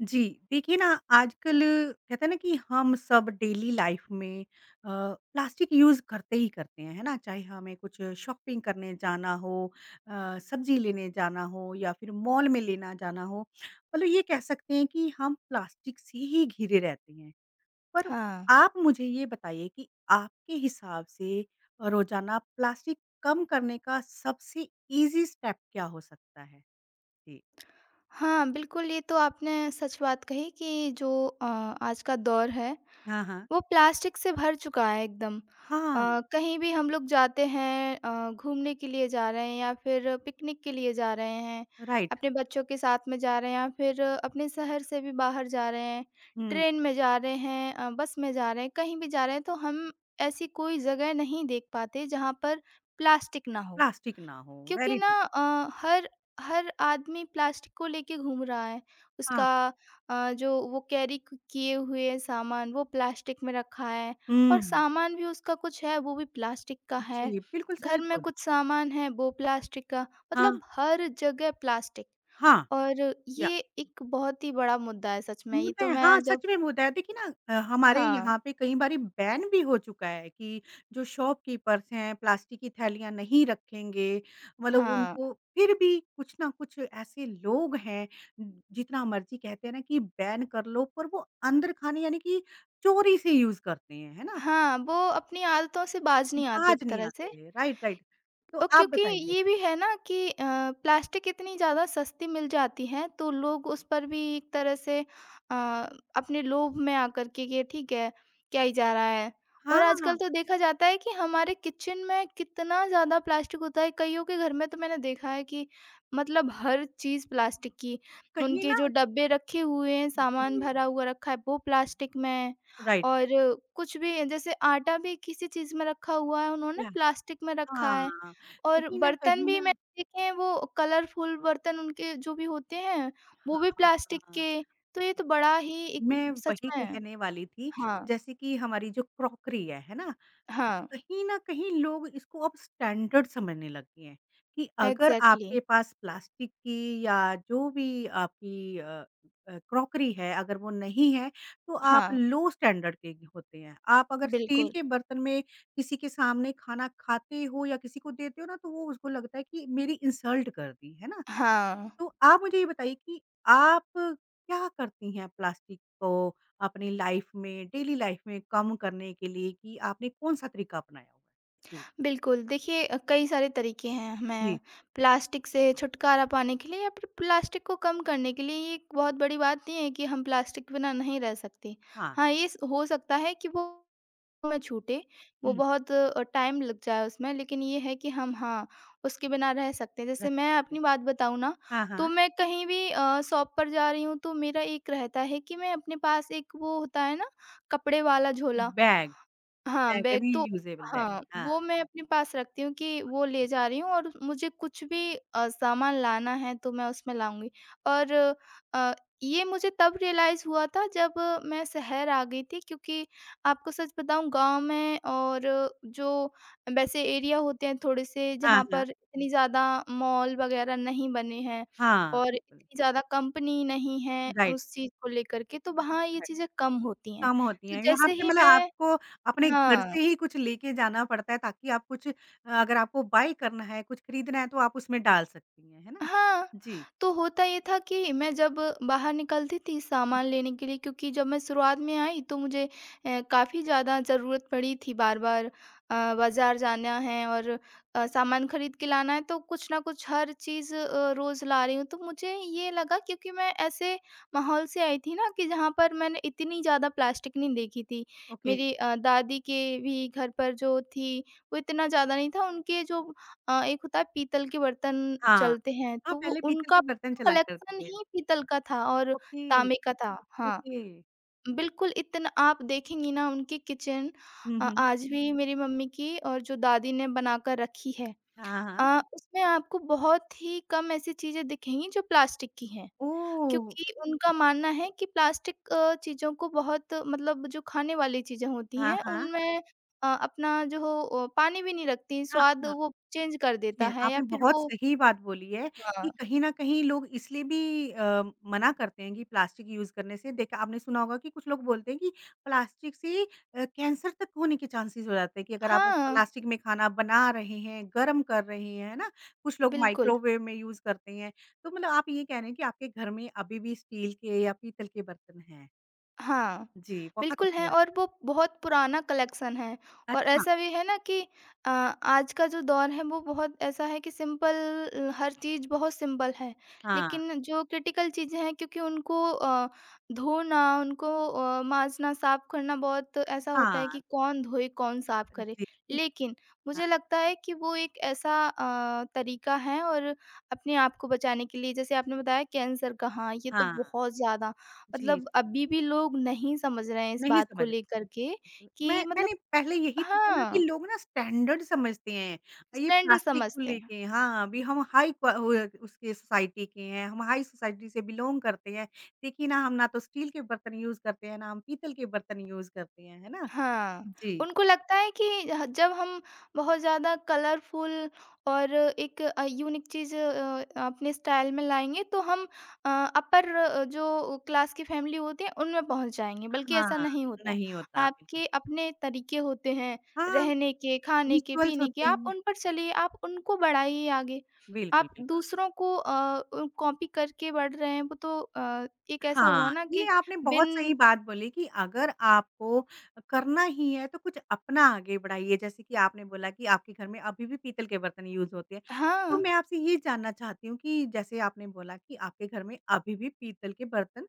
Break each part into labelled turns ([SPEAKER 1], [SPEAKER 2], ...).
[SPEAKER 1] जी। देखिए ना, आजकल कहते हैं ना कि हम सब डेली लाइफ में प्लास्टिक यूज़ करते ही करते हैं, है ना? चाहे हमें कुछ शॉपिंग करने जाना हो, सब्ज़ी लेने जाना हो या फिर मॉल में लेना जाना हो, मतलब ये कह सकते हैं कि हम प्लास्टिक से ही घिरे रहते हैं। पर
[SPEAKER 2] हाँ,
[SPEAKER 1] आप मुझे ये बताइए कि आपके हिसाब से रोज़ाना प्लास्टिक कम करने का सबसे ईज़ी स्टेप क्या हो सकता है? जी।
[SPEAKER 2] हाँ, बिल्कुल ये तो आपने सच बात कही कि जो आज का दौर है,
[SPEAKER 1] हाँ, हाँ।
[SPEAKER 2] वो प्लास्टिक से भर चुका है एकदम।
[SPEAKER 1] हाँ,
[SPEAKER 2] कहीं भी हम लोग जाते हैं घूमने के लिए जा रहे हैं या फिर पिकनिक के लिए जा रहे हैं,
[SPEAKER 1] राइट।
[SPEAKER 2] अपने बच्चों के साथ में जा रहे हैं या फिर अपने शहर से भी बाहर जा रहे हैं,
[SPEAKER 1] हुँ।
[SPEAKER 2] ट्रेन में जा रहे हैं बस में जा रहे हैं, कहीं भी जा रहे हैं तो हम ऐसी कोई जगह नहीं देख पाते जहाँ पर प्लास्टिक ना हो।
[SPEAKER 1] प्लास्टिक ना हो,
[SPEAKER 2] क्योंकि
[SPEAKER 1] वेरी
[SPEAKER 2] ना
[SPEAKER 1] गुड।
[SPEAKER 2] हर हर आदमी प्लास्टिक को लेके घूम रहा है
[SPEAKER 1] हाँ।
[SPEAKER 2] उसका जो वो किए हुए सामान वो प्लास्टिक में रखा है और
[SPEAKER 1] हुँ।
[SPEAKER 2] सामान भी उसका कुछ है वो भी प्लास्टिक का है
[SPEAKER 1] जी, बिल्कुल सही
[SPEAKER 2] घर में
[SPEAKER 1] बोल रहे हैं।
[SPEAKER 2] कुछ सामान है वो प्लास्टिक का
[SPEAKER 1] हाँ,
[SPEAKER 2] मतलब हर जगह प्लास्टिक
[SPEAKER 1] हाँ।
[SPEAKER 2] और
[SPEAKER 1] या
[SPEAKER 2] ये एक बहुत ही बड़ा मुद्दा है सच में ये
[SPEAKER 1] मुद्दा
[SPEAKER 2] तो
[SPEAKER 1] है, हाँ,
[SPEAKER 2] मैं जब
[SPEAKER 1] सच में मुद्दा है। देखिए ना, हमारे
[SPEAKER 2] हाँ,
[SPEAKER 1] यहाँ पे कई बारी बैन भी हो चुका है कि जो शॉपकीपर्स हैं, प्लास्टिक की थैलियाँ नहीं रखेंगे। मतलब
[SPEAKER 2] हाँ,
[SPEAKER 1] उनको फिर भी कुछ ना कुछ ऐसे लोग हैं, जितना मर्ज़ी कहते हैं ना कि बैन कर लो, पर वो अंदर खाने यानी कि चोरी से यूज़ करते हैं, है ना?
[SPEAKER 2] हाँ, वो अपनी आदतों से बाज नहीं आती
[SPEAKER 1] बाज
[SPEAKER 2] एक
[SPEAKER 1] नहीं
[SPEAKER 2] तरह
[SPEAKER 1] आते
[SPEAKER 2] से
[SPEAKER 1] हैं, राइट, राइट। तो
[SPEAKER 2] और
[SPEAKER 1] आप
[SPEAKER 2] क्योंकि
[SPEAKER 1] बताइए।
[SPEAKER 2] ये भी है ना कि प्लास्टिक इतनी ज़्यादा सस्ती मिल जाती है तो लोग उस पर भी एक तरह से अ, अपने लोभ में आकर के ये ठीक है क्या ही जा रहा है
[SPEAKER 1] हाँ,
[SPEAKER 2] और आजकल तो देखा जाता है कि हमारे किचन में कितना ज़्यादा प्लास्टिक होता है कईयों के घर में तो मैंने देखा है कि मतलब हर चीज़ प्लास्टिक की
[SPEAKER 1] कहीं
[SPEAKER 2] उनके
[SPEAKER 1] ना।
[SPEAKER 2] जो डब्बे रखे हुए हैं सामान
[SPEAKER 1] जी,
[SPEAKER 2] भरा हुआ रखा है वो प्लास्टिक में है
[SPEAKER 1] राइट,
[SPEAKER 2] और
[SPEAKER 1] राइट।
[SPEAKER 2] कुछ भी जैसे आटा भी किसी चीज़ में रखा हुआ है उन्होंने
[SPEAKER 1] प्लास्टिक।
[SPEAKER 2] प्लास्टिक में रखा है
[SPEAKER 1] हाँ,
[SPEAKER 2] और
[SPEAKER 1] कहीं न
[SPEAKER 2] बर्तन
[SPEAKER 1] कहीं
[SPEAKER 2] भी
[SPEAKER 1] ना।
[SPEAKER 2] मैंने देखे हैं वो कलरफुल बर्तन उनके जो भी होते हैं, वो भी प्लास्टिक
[SPEAKER 1] हाँ,
[SPEAKER 2] के, तो ये तो बड़ा ही एक
[SPEAKER 1] मैं
[SPEAKER 2] सच
[SPEAKER 1] वही
[SPEAKER 2] में
[SPEAKER 1] कहने वाली थी।
[SPEAKER 2] हाँ,
[SPEAKER 1] जैसे कि हमारी जो क्रॉकरी है ना?
[SPEAKER 2] हाँ,
[SPEAKER 1] कहीं न कहीं लोग इसको अब स्टैंडर्ड समझने लग गए हैं कि अगर
[SPEAKER 2] एग्ज़ैक्टली
[SPEAKER 1] आपके पास प्लास्टिक की या जो भी आपकी क्रॉकरी है, अगर वो नहीं है, तो आप
[SPEAKER 2] हाँ,
[SPEAKER 1] लो स्टैंडर्ड के होते हैं। आप अगर स्टील
[SPEAKER 2] बिल्कुल।
[SPEAKER 1] के बर्तन में किसी के सामने खाना खाते हो या किसी को देते हो ना, तो वो उसको लगता है कि मेरी इंसल्ट कर दी, है ना?
[SPEAKER 2] हाँ,
[SPEAKER 1] तो आप मुझे ये बताइए कि आप क्या करती हैं प्लास्टिक को अपनी लाइफ में डेली लाइफ में कम करने के लिए कि आपने कौन-सा तरीका अपनाया हुआ है? जी।
[SPEAKER 2] बिल्कुल देखिए कई सारे तरीके हैं
[SPEAKER 1] जी।
[SPEAKER 2] हमें प्लास्टिक से छुटकारा पाने के लिए या फिर प्लास्टिक को कम करने के लिए, ये एक बहुत बड़ी बात नहीं है कि हम प्लास्टिक के बिना नहीं रह सकते।
[SPEAKER 1] हाँ।
[SPEAKER 2] हाँ, ये स हो सकता है कि वो में छूटे, वो
[SPEAKER 1] हुँ,
[SPEAKER 2] बहुत टाइम लग जाए उसमें लेकिन ये है कि हम हाँ, उसके बिना रह सकते हैं। जैसे मैं
[SPEAKER 1] राइट।
[SPEAKER 2] अपनी बात बताऊँ ना,
[SPEAKER 1] हाँ,
[SPEAKER 2] तो
[SPEAKER 1] हाँ।
[SPEAKER 2] मैं कहीं भी शॉप पर जा रही हूँ तो मेरा एक रहता है कि मैं अपने पास एक वो होता है ना, कपड़े वाला झोला,
[SPEAKER 1] बैग।
[SPEAKER 2] हाँ,
[SPEAKER 1] बैग
[SPEAKER 2] बैग तो
[SPEAKER 1] रीयूजेबल बैग
[SPEAKER 2] हाँ,
[SPEAKER 1] हाँ।
[SPEAKER 2] वो मैं अपने पास रखती हूँ कि वो ले जा रही हूँ और मुझे कुछ भी सामान लाना है तो मैं उसमें लाऊँगी। और अ, ये मुझे तब रियलाइज़ हुआ था जब मैं शहर आ गई थी क्योंकि आपको सच बताऊँ गाँव में और जो वैसे एरिया होते हैं थोड़े-से
[SPEAKER 1] हाँ,
[SPEAKER 2] जहाँ
[SPEAKER 1] हाँ।
[SPEAKER 2] पर इतनी ज़्यादा मॉल वग़ैरह नहीं बने हैं
[SPEAKER 1] हाँ,
[SPEAKER 2] और
[SPEAKER 1] बिल्कुल।
[SPEAKER 2] इतनी ज़्यादा कंपनी नहीं है
[SPEAKER 1] राइट,
[SPEAKER 2] उस चीज़ को लेकर के, तो वहाँ ये
[SPEAKER 1] राइट।
[SPEAKER 2] चीज़ें कम होती हैं।
[SPEAKER 1] कम होती
[SPEAKER 2] तो
[SPEAKER 1] हैं। यहाँ
[SPEAKER 2] जैसे
[SPEAKER 1] पे
[SPEAKER 2] ही
[SPEAKER 1] मतलब
[SPEAKER 2] मैं
[SPEAKER 1] आपको अपने घर
[SPEAKER 2] हाँ।
[SPEAKER 1] से ही कुछ लेके जाना पड़ता है ताकि आप कुछ अगर आपको बाय करना है, कुछ खरीदना है तो आप उसमें डाल सकती हैं, है ना?
[SPEAKER 2] हाँ,
[SPEAKER 1] जी।
[SPEAKER 2] तो होता ये था कि मैं जब बाहर निकलती थी सामान लेने के लिए क्योंकि जब मैं शुरुआत में आई तो मुझे काफ़ी ज़्यादा ज़रूरत पड़ी थी बार-बार बाज़ार जाना है और सामान खरीद के लाना है तो कुछ ना कुछ हर चीज़ रोज़ ला रही हूँ। तो मुझे ये लगा क्योंकि मैं ऐसे माहौल से आई थी ना कि जहाँ पर मैंने इतनी ज़्यादा प्लास्टिक नहीं देखी थी।
[SPEAKER 1] ओके,
[SPEAKER 2] मेरी दादी के भी घर पर जो थी वो इतना ज़्यादा नहीं था, उनके जो एक होता है पीतल के बर्तन
[SPEAKER 1] हाँ।
[SPEAKER 2] चलते हैं,
[SPEAKER 1] हाँ,
[SPEAKER 2] तो वो
[SPEAKER 1] पहले पीतल
[SPEAKER 2] उनका
[SPEAKER 1] के बर्तन चला करते
[SPEAKER 2] कलेक्शन
[SPEAKER 1] थे।
[SPEAKER 2] ही पीतल का था और
[SPEAKER 1] ओके,
[SPEAKER 2] तांबे का था। हाँ,
[SPEAKER 1] ओके।
[SPEAKER 2] बिल्कुल इतना आप देखेंगी ना उनकी किचन
[SPEAKER 1] हुँ, हुँ।
[SPEAKER 2] आज भी मेरी मम्मी की और जो दादी ने बनाकर रखी है
[SPEAKER 1] हाँ, हाँ। हाँ,
[SPEAKER 2] उसमें आपको बहुत ही कम ऐसी चीज़ें दिखेंगी जो प्लास्टिक की हैं।
[SPEAKER 1] ओह!
[SPEAKER 2] क्योंकि उनका मानना है कि प्लास्टिक चीज़ों को बहुत मतलब जो खाने वाली चीज़ें होती
[SPEAKER 1] हाँ,
[SPEAKER 2] हैं,
[SPEAKER 1] हाँ।
[SPEAKER 2] उनमें अपना जो हो पानी भी नहीं रखती,
[SPEAKER 1] हाँ,
[SPEAKER 2] स्वाद
[SPEAKER 1] हाँ।
[SPEAKER 2] वो चेंज कर देता
[SPEAKER 1] जी,
[SPEAKER 2] है या
[SPEAKER 1] आपने
[SPEAKER 2] फिर
[SPEAKER 1] बहुत
[SPEAKER 2] वो
[SPEAKER 1] सही बात बोली है कि
[SPEAKER 2] हाँ।
[SPEAKER 1] कहीं न कहीं लोग इसलिए भी अ, मना करते हैं कि प्लास्टिक यूज़ करने से, देखा आपने सुना होगा कि कुछ लोग बोलते हैं कि प्लास्टिक से कैंसर तक होने के चांसेस हो जाते हैं कि अगर आप
[SPEAKER 2] हाँ,
[SPEAKER 1] प्लास्टिक में खाना बना रहे हैं, गर्म कर रहे हैं, है ना? कुछ लोग
[SPEAKER 2] बिल्कुल।
[SPEAKER 1] माइक्रोवेव में यूज़ करते हैं। तो मतलब आप ये कह रहे हैं कि आपके घर में अभी भी स्टील के या पीतल के बर्तन हैं।
[SPEAKER 2] हाँ,
[SPEAKER 1] जी, बहुत
[SPEAKER 2] बिल्कुल
[SPEAKER 1] अच्छी
[SPEAKER 2] है
[SPEAKER 1] बात
[SPEAKER 2] और
[SPEAKER 1] है।
[SPEAKER 2] वो बहुत पुराना कलेक्शन है और
[SPEAKER 1] अच्छा,
[SPEAKER 2] ऐसा भी है ना कि अ, आज का जो दौर है वो बहुत ऐसा है कि सिंपल हर चीज़ बहुत सिंपल है।
[SPEAKER 1] हाँ,
[SPEAKER 2] लेकिन जो क्रिटिकल चीज़ें हैं क्योंकि उनको धोना, उनको माँजना, साफ़ करना बहुत ऐसा होता है
[SPEAKER 1] हाँ,
[SPEAKER 2] कि कौन धोए, कौन साफ़
[SPEAKER 1] जी,
[SPEAKER 2] करे।
[SPEAKER 1] बिल
[SPEAKER 2] लेकिन
[SPEAKER 1] हाँ,
[SPEAKER 2] मुझे लगता है कि वो एक ऐसा तरीका है और अपने आप को बचाने के लिए जैसे आपने बताया कैंसर का हाँ, ये तो
[SPEAKER 1] हाँ।
[SPEAKER 2] बहुत ज़्यादा
[SPEAKER 1] जी,
[SPEAKER 2] मतलब
[SPEAKER 1] जी।
[SPEAKER 2] अभी भी लोग नहीं समझ रहे हैं इस
[SPEAKER 1] नहीं
[SPEAKER 2] बात को
[SPEAKER 1] समझ आता
[SPEAKER 2] लेकर के
[SPEAKER 1] बिल्कुल। मैं
[SPEAKER 2] कि
[SPEAKER 1] मैंने
[SPEAKER 2] मतलब
[SPEAKER 1] पहले यही तो बोला कि
[SPEAKER 2] हाँ,
[SPEAKER 1] लोग ना स्टैंडर्ड समझते हैं, ये
[SPEAKER 2] स्टैंडर्ड
[SPEAKER 1] प्लास्टिक को
[SPEAKER 2] समझते हैं।
[SPEAKER 1] लेके। हाँ, अभी हम हाई क्वा वो उसके सोसाइटी के हैं, हम हाई सोसाइटी से बिलॉन्ग करते हैं। देखिए ना, हम ना तो स्टील के बर्तन यूज़ करते हैं, ना हम पीतल के बर्तन यूज़ करते हैं, है ना?
[SPEAKER 2] हाँ,
[SPEAKER 1] जी।
[SPEAKER 2] उनको लगता है कि ह जब हम बहुत ज़्यादा कलरफुल और एक यूनिक चीज़ अपने स्टाइल में लाएँगे तो हम अ, अपर जो क्लास की फैमिली होती है उनमें पहुँच जाएँगे, बल्कि ऐसा
[SPEAKER 1] हाँ,
[SPEAKER 2] नहीं होता।
[SPEAKER 1] नहीं होता बिल्कुल।
[SPEAKER 2] आपके अपने तरीके होते हैं,
[SPEAKER 1] हाँ,
[SPEAKER 2] रहने के, खाने के,
[SPEAKER 1] रिचुअल्स
[SPEAKER 2] पीने के,
[SPEAKER 1] होते
[SPEAKER 2] आप
[SPEAKER 1] हैं।
[SPEAKER 2] उन पर चलिए, आप उनको बढ़ाइए आगे।
[SPEAKER 1] बिल्कुल,
[SPEAKER 2] आप
[SPEAKER 1] बिल्कुल।
[SPEAKER 2] दूसरों को कॉपी करके बढ़ रहे हैं, वो तो एक ऐसा हुआ
[SPEAKER 1] हाँ,
[SPEAKER 2] ना
[SPEAKER 1] ये
[SPEAKER 2] कि
[SPEAKER 1] आपने बहुत सही
[SPEAKER 2] बिन
[SPEAKER 1] बात बोली कि अगर आपको करना ही है तो कुछ अपना आगे बढ़ाइए। जैसे कि आपने बोला कि आपके घर में अभी भी पीतल के बर्तन यूज़ होते हैं। तो
[SPEAKER 2] हाँ,
[SPEAKER 1] मैं आपसे ये जानना चाहती हूँ कि जैसे आपने बोला कि आपके घर में अभी भी पीतल के बर्तन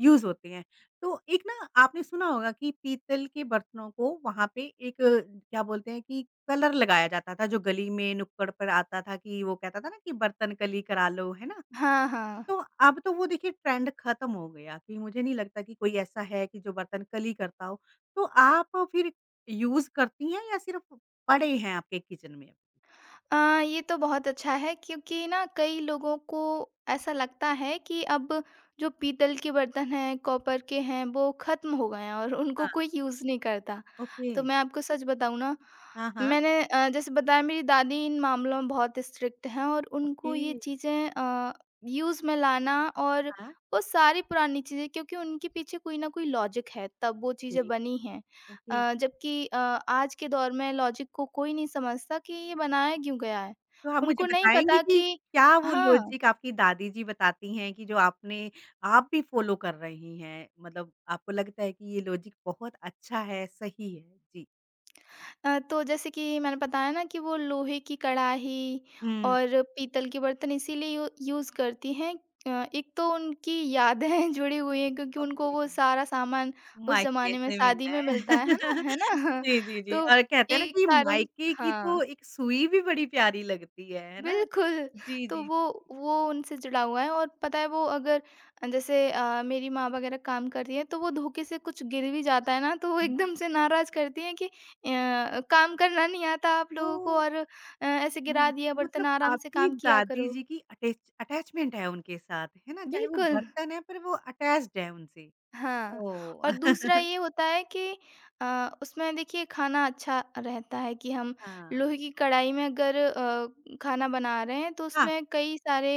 [SPEAKER 1] यूज़ होते हैं। तो एक ना, आपने सुना होगा कि पीतल के बर्तनों को वहाँ पे एक क्या बोलते हैं कि कलर लगाया जाता था, जो गली में नुक्कड़ पर आता था कि वो कहता था ना कि बर्तन कली करा लो, है ना?
[SPEAKER 2] हाँ, हाँ।
[SPEAKER 1] तो अब तो वो देखिए, ट्रेंड खत्म हो गया कि मुझे नहीं लगता कि कोई ऐसा है कि जो बर्तन कली करता हो। तो आप फिर यूज़ करती हैं या सिर्फ़ पड़े हैं आपके किचन में?
[SPEAKER 2] अ, ये तो बहुत अच्छा है क्योंकि ना कई लोगों को ऐसा लगता है कि अब जो पीतल के बर्तन हैं, कॉपर के हैं, वो ख़त्म हो गए हैं और उनको
[SPEAKER 1] हाँ,
[SPEAKER 2] कोई यूज़ नहीं करता।
[SPEAKER 1] ओके।
[SPEAKER 2] तो मैं आपको सच बताऊँ ना,
[SPEAKER 1] हाँ, हाँ।
[SPEAKER 2] मैंने जैसे बताया मेरी दादी इन मामलों में बहुत स्ट्रिक्ट हैं और
[SPEAKER 1] ओके।
[SPEAKER 2] उनको ये चीज़ें यूज़ में लाना
[SPEAKER 1] हाँ,
[SPEAKER 2] और
[SPEAKER 1] हाँ।
[SPEAKER 2] वो सारी पुरानी चीज़ें क्योंकि उनके पीछे कोई ना कोई लॉजिक है, तब वो चीज़ें
[SPEAKER 1] ओके,
[SPEAKER 2] बनी हैं।
[SPEAKER 1] ओके।
[SPEAKER 2] जबकि आज के दौर में लॉजिक को कोई नहीं समझता कि ये बनाया क्यों गया है।
[SPEAKER 1] तो आप मुझे
[SPEAKER 2] उनको नहीं
[SPEAKER 1] बताएँगी
[SPEAKER 2] पता
[SPEAKER 1] कि
[SPEAKER 2] कि
[SPEAKER 1] क्या वो
[SPEAKER 2] हाँ,
[SPEAKER 1] लॉजिक आपकी दादी जी बताती हैं कि जो आपने आप भी फ़ॉलो कर रही हैं? मतलब आपको लगता है कि ये लॉजिक बहुत अच्छा है, सही है? जी।
[SPEAKER 2] तो जैसे कि मैंने बताया ना कि वो लोहे की कढ़ाई
[SPEAKER 1] हुँ,
[SPEAKER 2] और पीतल के बर्तन इसीलिए यू यूज़ करती हैं। एक तो उनकी यादें जुड़ी हुई हैं क्योंकि उनको
[SPEAKER 1] ओके।
[SPEAKER 2] वो सारा सामान उस
[SPEAKER 1] मायके
[SPEAKER 2] ज़माने में
[SPEAKER 1] से
[SPEAKER 2] शादी
[SPEAKER 1] मिला
[SPEAKER 2] में
[SPEAKER 1] है।
[SPEAKER 2] मिलता है ना? है ना?
[SPEAKER 1] जी, जी, जी
[SPEAKER 2] तो
[SPEAKER 1] और कहते हैं ना
[SPEAKER 2] एक
[SPEAKER 1] कि
[SPEAKER 2] कारण
[SPEAKER 1] मायके की तो
[SPEAKER 2] हाँ।
[SPEAKER 1] एक सुई भी बड़ी प्यारी लगती है ना?
[SPEAKER 2] बिल्कुल,
[SPEAKER 1] जी,
[SPEAKER 2] तो
[SPEAKER 1] जी,
[SPEAKER 2] वो उनसे जुड़ा हुआ है और पता है वो अगर जैसे मेरी माँ वग़ैरह काम कर रही हैं, तो वो धोखे से कुछ गिर भी जाता है ना, तो वो
[SPEAKER 1] जी।
[SPEAKER 2] एकदम से नाराज़ करती हैं कि "काम करना नहीं आता आप लोगों को
[SPEAKER 1] तो
[SPEAKER 2] और ऐसे गिरा
[SPEAKER 1] हुँ,
[SPEAKER 2] दिया बर्तन,
[SPEAKER 1] मतलब
[SPEAKER 2] आराम से
[SPEAKER 1] आपकी
[SPEAKER 2] काम किया
[SPEAKER 1] दादी
[SPEAKER 2] करो।"
[SPEAKER 1] जी की अटैचमेंट है उनके साथ, है ना? चाहे वो
[SPEAKER 2] बिल्कुल।
[SPEAKER 1] बर्तन है पर वो अटैच्ड है उनसे।
[SPEAKER 2] हाँ,
[SPEAKER 1] ओह!
[SPEAKER 2] और दूसरा ये होता है कि उसमें देखिए खाना अच्छा रहता है कि हम
[SPEAKER 1] हाँ।
[SPEAKER 2] लोहे की कढ़ाई में अगर खाना बना रहे हैं तो
[SPEAKER 1] हाँ,
[SPEAKER 2] उसमें कई सारे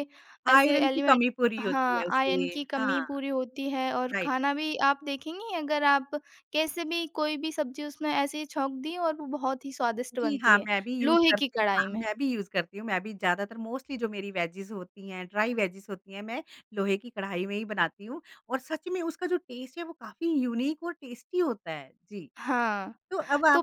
[SPEAKER 2] ऐसे
[SPEAKER 1] आयरन की
[SPEAKER 2] एलिमेंट
[SPEAKER 1] कमी पूरी होती है
[SPEAKER 2] हाँ,
[SPEAKER 1] उससे।
[SPEAKER 2] आयरन की कमी
[SPEAKER 1] हाँ,
[SPEAKER 2] पूरी होती है और
[SPEAKER 1] राइट।
[SPEAKER 2] खाना भी आप देखेंगी अगर आप कैसे भी कोई भी सब्ज़ी उसमें ऐसे ही छौंक दी और वो बहुत ही स्वादिष्ट
[SPEAKER 1] जी,
[SPEAKER 2] बनती
[SPEAKER 1] हाँ,
[SPEAKER 2] है, लोहे की कढ़ाई में।
[SPEAKER 1] मैं भी यूज़ करती हूँ, मैं भी ज़्यादातर मोस्टली जो मेरी वेजीज़ होती हैं, ड्राई वेजीज़ होती हैं, मैं लोहे की कढ़ाई में ही बनाती हूँ और सच में उसका जो टेस्ट है वो काफ़ी यूनीक और टेस्टी होता है। जी,
[SPEAKER 2] हाँ।
[SPEAKER 1] तो अब आप
[SPEAKER 2] तो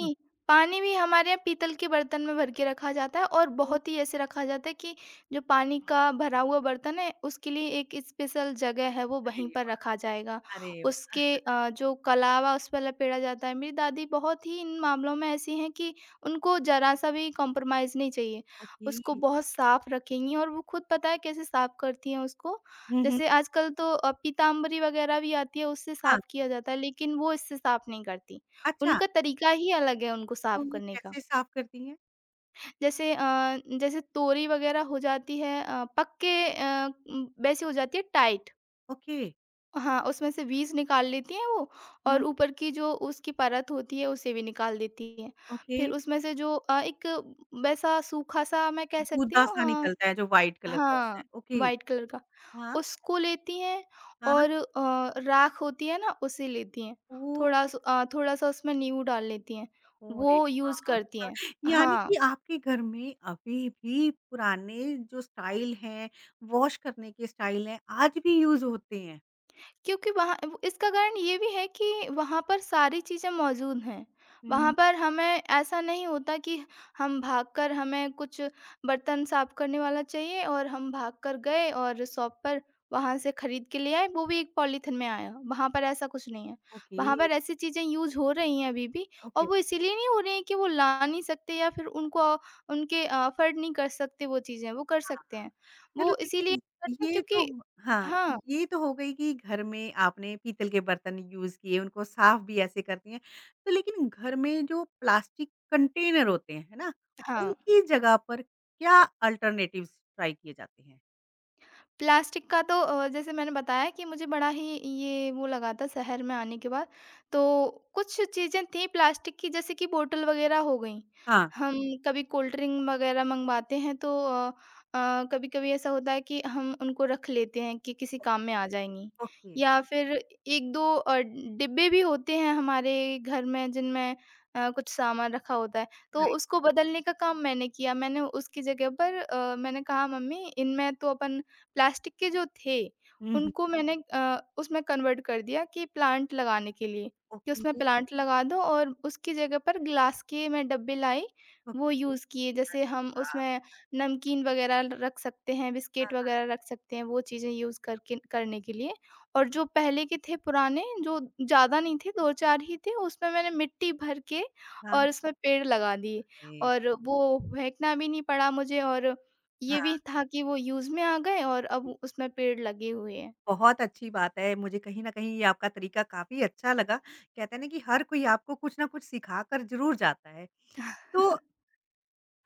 [SPEAKER 1] हुँ,
[SPEAKER 2] पानी भी हमारे यहाँ पीतल के बर्तन में भर के रखा जाता है और
[SPEAKER 1] हुँ,
[SPEAKER 2] बहुत ही ऐसे रखा जाता है कि जो पानी का भरा हुआ बर्तन है, उसके लिए एक स्पेशल जगह है, वो
[SPEAKER 1] अरे
[SPEAKER 2] वहीं पर
[SPEAKER 1] वाह!
[SPEAKER 2] रखा जाएगा।
[SPEAKER 1] अरे वाह!
[SPEAKER 2] उसके जो कलावा उस पे लपेटा जाता है। मेरी दादी बहुत ही इन मामलों में ऐसी हैं कि उनको ज़रा-सा भी कॉम्प्रोमाइज़ नहीं चाहिए।
[SPEAKER 1] ओके।
[SPEAKER 2] उसको बहुत साफ रखेंगी और वो खुद पता है कैसे साफ करती हैं उसको।
[SPEAKER 1] हुँ, हुँ,
[SPEAKER 2] जैसे आजकल तो पीतांबरी वगैरह भी आती है, उससे
[SPEAKER 1] हाँ,
[SPEAKER 2] साफ किया जाता है, लेकिन वो इससे साफ नहीं करती।
[SPEAKER 1] अच्छा,
[SPEAKER 2] उनका तरीका ही अलग है उनको
[SPEAKER 1] तो
[SPEAKER 2] साफ
[SPEAKER 1] वो
[SPEAKER 2] करने का।
[SPEAKER 1] कैसे साफ़ करती हैं?
[SPEAKER 2] जैसे जैसे तोरी वग़ैरह हो जाती है पक के वैसी हो जाती है टाइट।
[SPEAKER 1] ओके,
[SPEAKER 2] हाँ, उसमें से बीज निकाल लेती हैं वो
[SPEAKER 1] हुँ,
[SPEAKER 2] और ऊपर की जो उसकी परत होती है उसे भी निकाल देती हैं।
[SPEAKER 1] ओके,
[SPEAKER 2] फिर उसमें से जो एक वैसा सूखा-सा मैं कह सकती हूँ
[SPEAKER 1] दूध-दासा
[SPEAKER 2] अ
[SPEAKER 1] निकलता है जो व्हाइट कलर का होता है।
[SPEAKER 2] हाँ,
[SPEAKER 1] ओके,
[SPEAKER 2] व्हाइट कलर का।
[SPEAKER 1] हाँ,
[SPEAKER 2] उसको लेती हैं
[SPEAKER 1] हाँ,
[SPEAKER 2] और राख होती है ना उसे लेती हैं।
[SPEAKER 1] ओह!
[SPEAKER 2] थोड़ा स थोड़ा-सा उसमें नींबू डाल लेती हैं।
[SPEAKER 1] ओरे
[SPEAKER 2] वो यूज़
[SPEAKER 1] वाह!
[SPEAKER 2] करती हैं।
[SPEAKER 1] यानी कि
[SPEAKER 2] हाँ।
[SPEAKER 1] आपके घर में अभी भी पुराने जो स्टाइल हैं, वॉश करने के स्टाइल हैं, आज भी यूज़ होते हैं?
[SPEAKER 2] क्योंकि वहाँ वो इसका कारण ये भी है कि वहाँ पर सारी चीज़ें मौजूद हैं। वहाँ
[SPEAKER 1] हुँ,
[SPEAKER 2] पर हमें ऐसा नहीं होता कि हम भागकर हमें कुछ बर्तन साफ़ करने वाला चाहिए और हम भागकर गए और शॉप पर वहाँ से खरीद के ले आए, वो भी एक पॉलीथिन में आया। वहाँ पर ऐसा कुछ नहीं है।
[SPEAKER 1] ओके,
[SPEAKER 2] वहाँ पर ऐसी चीज़ें यूज़ हो रही हैं अभी भी और
[SPEAKER 1] ओके,
[SPEAKER 2] वो इसीलिए नहीं हो रही हैं कि वो ला नहीं सकते या फिर उनको उनके अफ़ोर्ड नहीं कर सकते वो चीज़ें, वो कर
[SPEAKER 1] हाँ,
[SPEAKER 2] सकते
[SPEAKER 1] हाँ।
[SPEAKER 2] हैं।
[SPEAKER 1] चलो
[SPEAKER 2] वो इसीलिए
[SPEAKER 1] देखिए,
[SPEAKER 2] करते हैं
[SPEAKER 1] ये तो
[SPEAKER 2] क्योंकि
[SPEAKER 1] हाँ,
[SPEAKER 2] हाँ,
[SPEAKER 1] ये तो हो गई कि घर में आपने पीतल के बर्तन यूज़ किए, उनको साफ भी ऐसे करती हैं। तो लेकिन घर में जो प्लास्टिक कंटेनर होते हैं, है ना?
[SPEAKER 2] हाँ।
[SPEAKER 1] उनकी जगह पर क्या अल्टरनेटिव्स ट्राई किए जाते हैं?
[SPEAKER 2] प्लास्टिक का तो जैसे मैंने बताया कि मुझे बड़ा ही ये वो लगा था शहर में आने के बाद। तो कुछ चीज़ें थी प्लास्टिक की जैसे कि बोतल वग़ैरह हो गई।
[SPEAKER 1] हाँ,
[SPEAKER 2] हम कभी कोल्ड ड्रिंक वग़ैरह मँगवाते हैं तो कभी-कभी ऐसा होता है कि हम उनको रख लेते हैं कि किसी काम में आ जाएँगी।
[SPEAKER 1] ओके,
[SPEAKER 2] या फिर 1-2 डिब्बे भी होते हैं हमारे घर में जिनमें कुछ सामान रखा होता है। तो
[SPEAKER 1] राइट।
[SPEAKER 2] उसको बदलने का काम मैंने किया। मैंने उसकी जगह पर मैंने कहा मम्मी इनमें तो अपन प्लास्टिक के जो थे,
[SPEAKER 1] हुँ, हुँ,
[SPEAKER 2] उनको मैंने उसमें कन्वर्ट कर दिया कि प्लांट लगाने के लिए, कि
[SPEAKER 1] ओके,
[SPEAKER 2] उसमें प्लांट लगा दो और उसकी जगह पर ग्लास के मैं डब्बे लाई, वो
[SPEAKER 1] ओके।
[SPEAKER 2] यूज़ किए। जैसे
[SPEAKER 1] अरे
[SPEAKER 2] हम
[SPEAKER 1] वाह!
[SPEAKER 2] उसमें नमकीन वगैरह ल रख सकते हैं,
[SPEAKER 1] हाँ,
[SPEAKER 2] बिस्किट वगैरह रख सकते हैं, वो चीज़ें यूज़ करके करने के लिए। और जो पहले के थे पुराने, जो ज़्यादा नहीं थे, 2-4 ही थे, उसमें मैंने मिट्टी भर के
[SPEAKER 1] हाँ,
[SPEAKER 2] और उसमें पेड़ लगा दिए
[SPEAKER 1] अरे!
[SPEAKER 2] और वो फेंकना भी नहीं पड़ा मुझे और
[SPEAKER 1] हाँ,
[SPEAKER 2] ये भी था कि वो यूज़ में आ गए और अब
[SPEAKER 1] जी,
[SPEAKER 2] उसमें पेड़ लगे हुए हैं।
[SPEAKER 1] बहुत अच्छी बात है। मुझे कहीं न कहीं ये आपका तरीका काफ़ी अच्छा लगा। कहते हैं ना कि हर कोई आपको कुछ ना कुछ सिखा कर ज़रूर जाता है। तो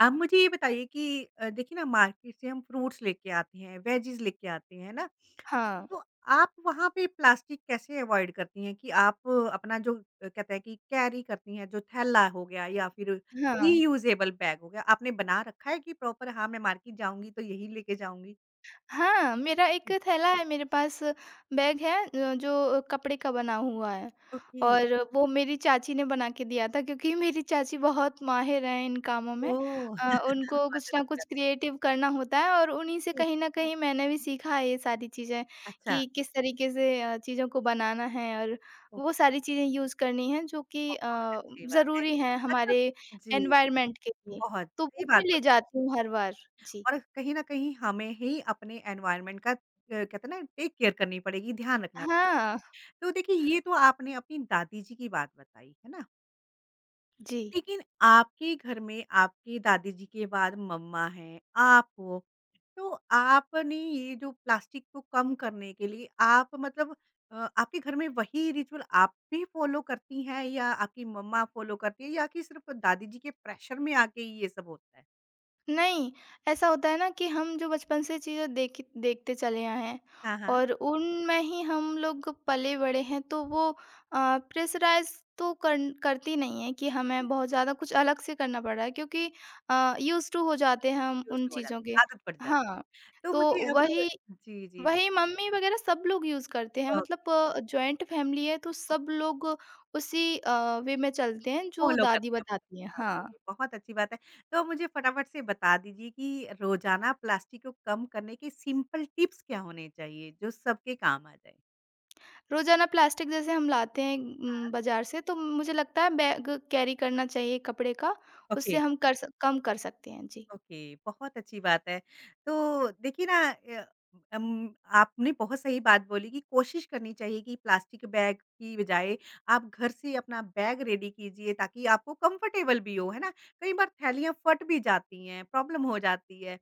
[SPEAKER 1] आप मुझे ये बताइए कि देखिए ना, मार्केट से हम फ्रूट्स लेके आते हैं, वेजीज़ लेके आते हैं, है ना?
[SPEAKER 2] हाँ,
[SPEAKER 1] तो आप वहाँ पे प्लास्टिक कैसे अवॉइड करती हैं कि आप अपना जो कहते हैं कि कैरी करती हैं, जो थैला हो गया या फिर
[SPEAKER 2] हाँ।
[SPEAKER 1] रीयूज़ेबल बैग हो गया, आपने बना रखा है कि प्रॉपर हाँ, मैं मार्केट जाऊँगी तो यही लेके जाऊँगी?
[SPEAKER 2] हाँ, मेरा एक थैला है मेरे पास बैग है जो कपड़े का बना हुआ है
[SPEAKER 1] ओके,
[SPEAKER 2] और वो मेरी चाची ने बना के दिया था क्योंकि मेरी चाची बहुत माहिर हैं इन कामों में।
[SPEAKER 1] ओह!
[SPEAKER 2] उनको
[SPEAKER 1] बहुत
[SPEAKER 2] कुछ ना
[SPEAKER 1] अच्छी
[SPEAKER 2] कुछ
[SPEAKER 1] बात
[SPEAKER 2] क्रिएटिव करना होता है और उन्हीं से
[SPEAKER 1] है।
[SPEAKER 2] कहीं न कहीं मैंने भी सीखा है ये सारी चीज़ें
[SPEAKER 1] अच्छा,
[SPEAKER 2] कि किस तरीके से चीज़ों को बनाना है और
[SPEAKER 1] ओ
[SPEAKER 2] वो सारी चीज़ें यूज़ करनी हैं जो कि
[SPEAKER 1] बहुत अच्छी बात है।
[SPEAKER 2] ज़रूरी हैं
[SPEAKER 1] अच्छा
[SPEAKER 2] हमारे
[SPEAKER 1] जी,
[SPEAKER 2] एनवायरनमेंट के लिए।
[SPEAKER 1] बहुत
[SPEAKER 2] तो
[SPEAKER 1] सही
[SPEAKER 2] वो मैं
[SPEAKER 1] बात
[SPEAKER 2] ले
[SPEAKER 1] बोली
[SPEAKER 2] जाती हूँ हर बार। जी।
[SPEAKER 1] और कहीं न कहीं हमें ही अपने एनवायरनमेंट का कहते हैं ना टेक केयर करनी पड़ेगी, ध्यान रखना।
[SPEAKER 2] हाँ,
[SPEAKER 1] तो देखिए, ये तो आपने अपनी दादी जी की बात बताई, है ना?
[SPEAKER 2] जी।
[SPEAKER 1] लेकिन आपके घर में आपकी दादी जी के बाद मम्मा हैं, आप हो, तो आपने ये जो प्लास्टिक को कम करने के लिए आप मतलब आपके घर में वही रिचुअल आप भी फ़ॉलो करती हैं या आपकी मम्मा फ़ॉलो करती है या कि सिर्फ़ दादी जी के प्रेशर में आके ये सब होता है?
[SPEAKER 2] नहीं, ऐसा होता है ना कि हम जो बचपन से चीज़ें देखी देखते चले आए हैं
[SPEAKER 1] हाँ, हाँ।
[SPEAKER 2] और उनमें ही हम लोग पले-बड़े हैं तो वो प्रेशराइज़ तो करन करती नहीं है कि हमें बहुत ज़्यादा कुछ अलग से करना पड़ रहा है क्योंकि यूज़्ड टू हो जाते हैं हम
[SPEAKER 1] यूज़
[SPEAKER 2] उन
[SPEAKER 1] हो जाते
[SPEAKER 2] चीज़ों
[SPEAKER 1] हैं,
[SPEAKER 2] के।
[SPEAKER 1] आदत पड़ जाती
[SPEAKER 2] हाँ,
[SPEAKER 1] है। तो मुझे
[SPEAKER 2] तो
[SPEAKER 1] अब
[SPEAKER 2] वही
[SPEAKER 1] जी, जी।
[SPEAKER 2] वही मम्मी वगैरह सब लोग यूज़ करते हैं
[SPEAKER 1] ओके।
[SPEAKER 2] मतलब जॉइंट फैमिली है तो सब लोग उसी वे में चलते हैं जो
[SPEAKER 1] फॉलो
[SPEAKER 2] दादी
[SPEAKER 1] करते हैं
[SPEAKER 2] बताती हैं।
[SPEAKER 1] मतलब,
[SPEAKER 2] हाँ।
[SPEAKER 1] ओके, बहुत अच्छी बात है। तो मुझे फटाफट से बता दीजिए कि रोज़ाना प्लास्टिक को कम करने के सिंपल टिप्स क्या होने चाहिए, जो सबके काम आ जाए?
[SPEAKER 2] रोज़ाना प्लास्टिक जैसे हम लाते हैं
[SPEAKER 1] हाँ।
[SPEAKER 2] बाज़ार से तो मुझे लगता है बैग कैरी करना चाहिए कपड़े का,
[SPEAKER 1] ओके,
[SPEAKER 2] उससे हम कर सक कम कर सकते हैं। जी।
[SPEAKER 1] ओके, बहुत अच्छी बात है। तो देखिए ना, अम, आपने बहुत सही बात बोली कि कोशिश करनी चाहिए कि प्लास्टिक बैग की बजाय आप घर से अपना बैग रेडी कीजिए ताकि आपको कंफर्टेबल भी हो, है ना? कई बार थैलियाँ फट भी जाती हैं, प्रॉब्लम हो जाती है।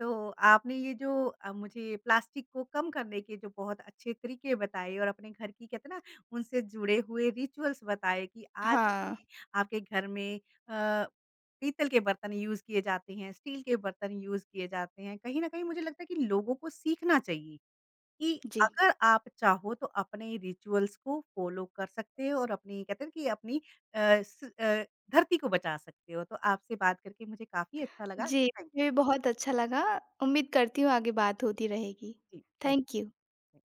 [SPEAKER 1] तो आपने ये जो मुझे प्लास्टिक को कम करने के जो बहुत अच्छे तरीके बताए और अपने घर की कहते हैं ना उनसे जुड़े हुए रिचुअल्स बताए कि आज भी
[SPEAKER 2] हाँ,
[SPEAKER 1] आपके घर में अ, पीतल के बर्तन यूज किए जाते हैं, स्टील के बर्तन यूज किए जाते हैं। कहीं न कहीं मुझे लगता है कि लोगों को सीखना चाहिए कि
[SPEAKER 2] जी।
[SPEAKER 1] अगर आप चाहो तो अपने रिचुअल्स को फॉलो कर सकते हो और अपनी कहते हैं कि अपनी अ, स अ, धरती को बचा सकते हो। तो आपसे बात करके मुझे काफ़ी अच्छा लगा।
[SPEAKER 2] जी,
[SPEAKER 1] थैंक यू।
[SPEAKER 2] मुझे भी बहुत अच्छा लगा। उम्मीद करती हूँ आगे बात होती रहेगी।
[SPEAKER 1] जी, थैंक
[SPEAKER 2] थैंक यू।
[SPEAKER 1] यू।